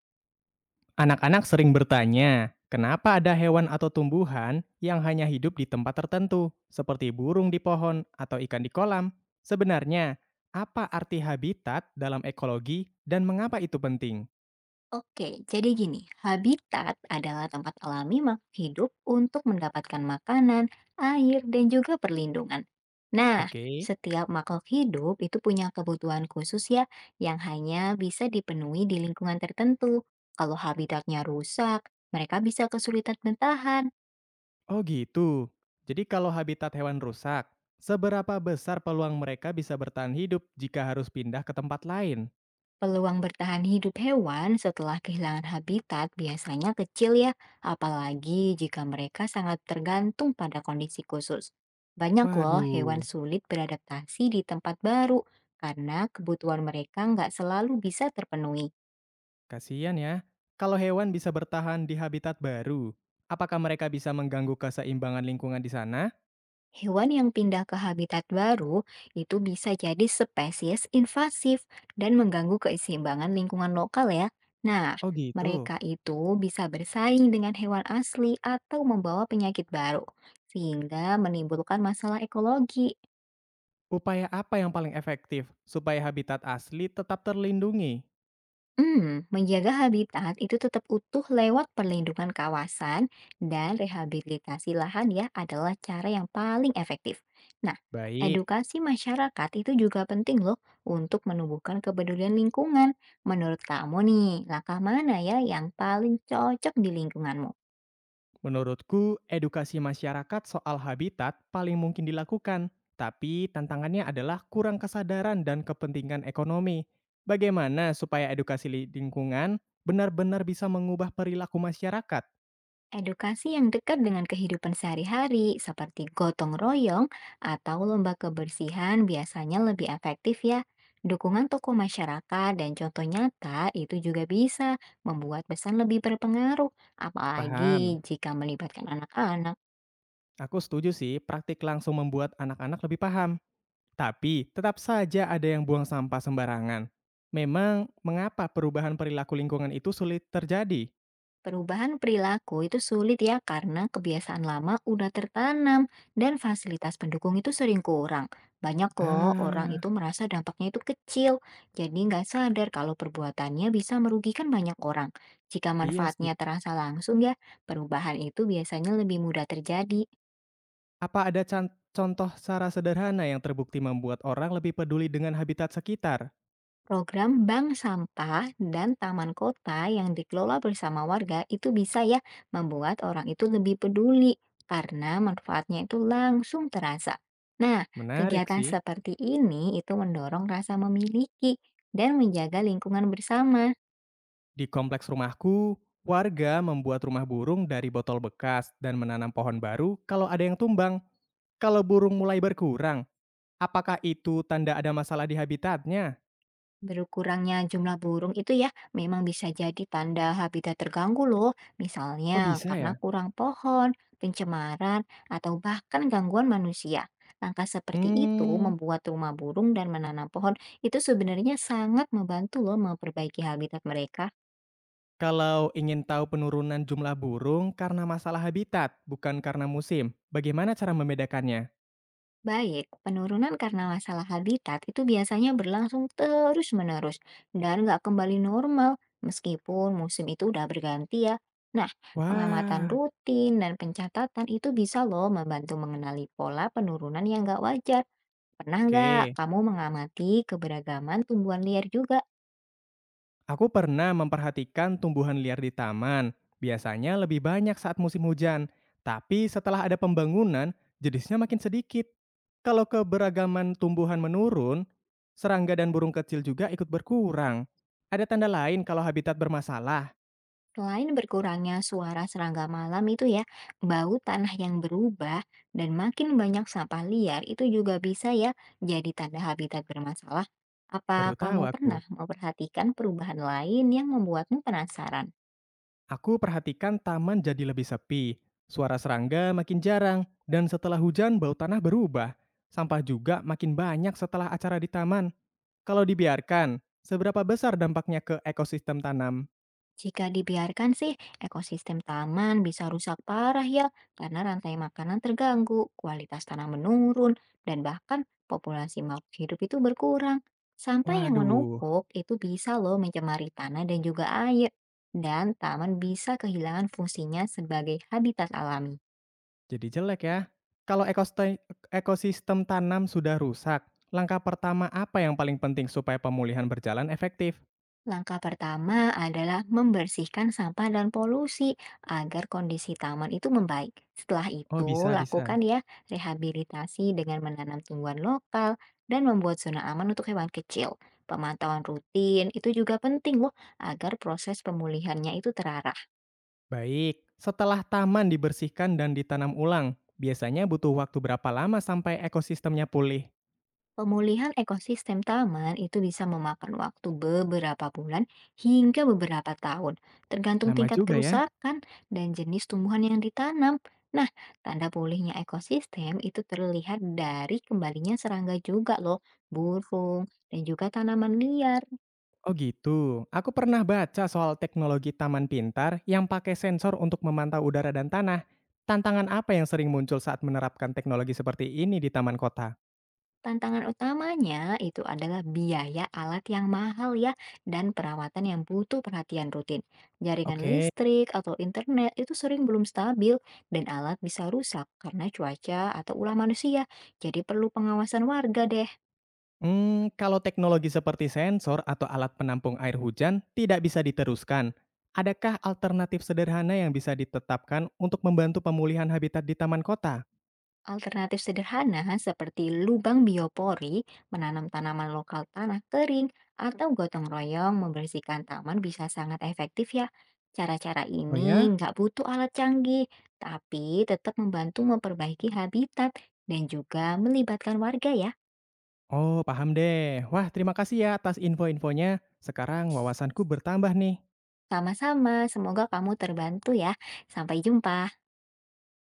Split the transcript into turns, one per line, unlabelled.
Anak-anak sering bertanya, kenapa ada hewan atau tumbuhan yang hanya hidup di tempat tertentu, seperti burung di pohon atau ikan di kolam? Sebenarnya, apa arti habitat dalam ekologi dan mengapa itu penting?
Oke, jadi gini, habitat adalah tempat alami makhluk hidup untuk mendapatkan makanan, air, dan juga perlindungan. Nah,
Oke.
setiap makhluk hidup itu punya kebutuhan khusus ya, yang hanya bisa dipenuhi di lingkungan tertentu. Kalau habitatnya rusak, mereka bisa kesulitan bertahan.
Oh gitu. Jadi kalau habitat hewan rusak, seberapa besar peluang mereka bisa bertahan hidup jika harus pindah ke tempat lain?
Peluang bertahan hidup hewan setelah kehilangan habitat biasanya kecil ya, apalagi jika mereka sangat tergantung pada kondisi khusus. Banyak loh hewan
Waduh,
sulit beradaptasi di tempat baru karena kebutuhan mereka nggak selalu bisa terpenuhi.
kasihan ya. Kalau hewan bisa bertahan di habitat baru, apakah mereka bisa mengganggu keseimbangan lingkungan di sana?
Hewan yang pindah ke habitat baru itu bisa jadi spesies invasif dan mengganggu keseimbangan lingkungan lokal ya. Nah,
Oh gitu.
mereka itu bisa bersaing dengan hewan asli atau membawa penyakit baru, sehingga menimbulkan masalah ekologi.
Upaya apa yang paling efektif supaya habitat asli tetap terlindungi?
Hmm, menjaga habitat itu tetap utuh lewat perlindungan kawasan dan rehabilitasi lahan ya adalah cara yang paling efektif. Nah,
Baik,
edukasi masyarakat itu juga penting loh untuk menumbuhkan kepedulian lingkungan. Menurut kamu nih, langkah mana ya yang paling cocok di lingkunganmu?
menurutku edukasi masyarakat soal habitat paling mungkin dilakukan, tapi tantangannya adalah kurang kesadaran dan kepentingan ekonomi. Bagaimana supaya lingkungan benar-benar bisa mengubah perilaku masyarakat?
Edukasi yang dekat dengan kehidupan sehari-hari, seperti gotong royong atau lomba kebersihan, biasanya lebih efektif, ya. Dukungan tokoh masyarakat dan contoh nyata itu juga bisa membuat pesan lebih berpengaruh, apalagi
Paham.
jika melibatkan anak-anak.
Aku setuju sih, praktik langsung membuat anak-anak lebih paham. Tapi tetap saja ada yang buang sampah sembarangan. Memang mengapa perubahan perilaku lingkungan itu sulit terjadi?
Perubahan perilaku itu sulit ya karena kebiasaan lama udah tertanam dan fasilitas pendukung itu sering kurang. Banyak loh orang
Ah,
itu merasa dampaknya itu kecil, jadi nggak sadar kalau perbuatannya bisa merugikan banyak orang. Jika
iya sih.
manfaatnya terasa langsung ya, perubahan itu biasanya lebih mudah terjadi.
Apa ada contoh cara sederhana yang terbukti membuat orang lebih peduli dengan habitat sekitar?
Program bank sampah dan taman kota yang dikelola bersama warga itu bisa ya membuat orang itu lebih peduli karena manfaatnya itu langsung terasa. Nah,
Menarik
kegiatan
sih.
seperti ini itu mendorong rasa memiliki dan menjaga lingkungan bersama.
Di kompleks rumahku, warga membuat rumah burung dari botol bekas dan menanam pohon baru kalau ada yang tumbang. Kalau burung mulai berkurang, apakah itu tanda ada masalah di habitatnya?
Berkurangnya jumlah burung itu ya memang bisa jadi tanda habitat terganggu loh.
Oh
Misalnya
bisa ya?
karena kurang pohon, pencemaran, atau bahkan gangguan manusia. Langkah seperti itu
Hmm.
membuat rumah burung dan menanam pohon itu sebenarnya sangat membantu loh memperbaiki habitat mereka.
Kalau ingin tahu penurunan jumlah burung karena masalah habitat, bukan karena musim, bagaimana cara membedakannya?
Baik, penurunan karena masalah habitat itu biasanya berlangsung terus-menerus dan nggak kembali normal meskipun musim itu udah berganti ya. Nah, pengamatan
Wah,
rutin dan pencatatan itu bisa loh membantu mengenali pola penurunan yang nggak wajar. Pernah nggak
oke.
kamu mengamati keberagaman tumbuhan liar juga?
Aku pernah memperhatikan tumbuhan liar di taman. Biasanya lebih banyak saat musim hujan, tapi setelah ada pembangunan, jenisnya makin sedikit. Kalau keberagaman tumbuhan menurun, serangga dan burung kecil juga ikut berkurang. Ada tanda lain kalau habitat bermasalah?
Selain berkurangnya suara serangga malam itu ya, bau tanah yang berubah dan makin banyak sampah liar itu juga bisa ya jadi tanda habitat bermasalah. Apa
Baru tahu
kamu
aku.
pernah memperhatikan perubahan lain yang membuatmu penasaran?
Aku perhatikan taman jadi lebih sepi, suara serangga makin jarang, dan setelah hujan bau tanah berubah. Sampah juga makin banyak setelah acara di taman. Kalau dibiarkan, seberapa besar dampaknya ke ekosistem tanam?
Jika dibiarkan sih, ekosistem taman bisa rusak parah ya, karena rantai makanan terganggu, kualitas tanah menurun, dan bahkan populasi makhluk hidup itu berkurang. Sampah yang
Waduh,
menumpuk itu bisa loh mencemari tanah dan juga air, dan taman bisa kehilangan fungsinya sebagai habitat alami.
jadi jelek ya. Kalau ekosistem tanam sudah rusak, langkah pertama apa yang paling penting supaya pemulihan berjalan efektif?
Langkah pertama adalah membersihkan sampah dan polusi agar kondisi taman itu membaik. Setelah
Oh bisa,
itu,
bisa.
lakukan ya rehabilitasi dengan menanam tumbuhan lokal dan membuat zona aman untuk hewan kecil. Pemantauan rutin itu juga penting loh agar proses pemulihannya itu terarah.
Baik, setelah taman dibersihkan dan ditanam ulang, biasanya butuh waktu berapa lama sampai ekosistemnya pulih?
Pemulihan ekosistem taman itu bisa memakan waktu beberapa bulan hingga beberapa tahun, tergantung
Lama
tingkat
juga ya?
kerusakan dan jenis tumbuhan yang ditanam. Nah, tanda pulihnya ekosistem itu terlihat dari kembalinya serangga juga loh, burung, dan juga tanaman liar.
Oh gitu. Aku pernah baca soal teknologi taman pintar yang pakai sensor untuk memantau udara dan tanah. Tantangan apa yang sering muncul saat menerapkan teknologi seperti ini di taman kota?
Tantangan utamanya itu adalah biaya alat yang mahal ya dan perawatan yang butuh perhatian rutin. Jaringan
Oke.
listrik atau internet itu sering belum stabil dan alat bisa rusak karena cuaca atau ulah manusia. Jadi perlu pengawasan warga deh.
Hmm, kalau teknologi seperti sensor atau alat penampung air hujan tidak bisa diteruskan, adakah alternatif sederhana yang bisa ditetapkan untuk membantu pemulihan habitat di taman kota?
Alternatif sederhana seperti lubang biopori, menanam tanaman lokal tanah kering, atau gotong royong membersihkan taman bisa sangat efektif ya. Cara-cara
Oh
ini
ya?
nggak butuh alat canggih, tapi tetap membantu memperbaiki habitat dan juga melibatkan warga ya.
Oh, paham deh. Wah, terima kasih ya atas info-infonya. Sekarang wawasanku bertambah nih.
Sama-sama, semoga kamu terbantu ya. Sampai jumpa.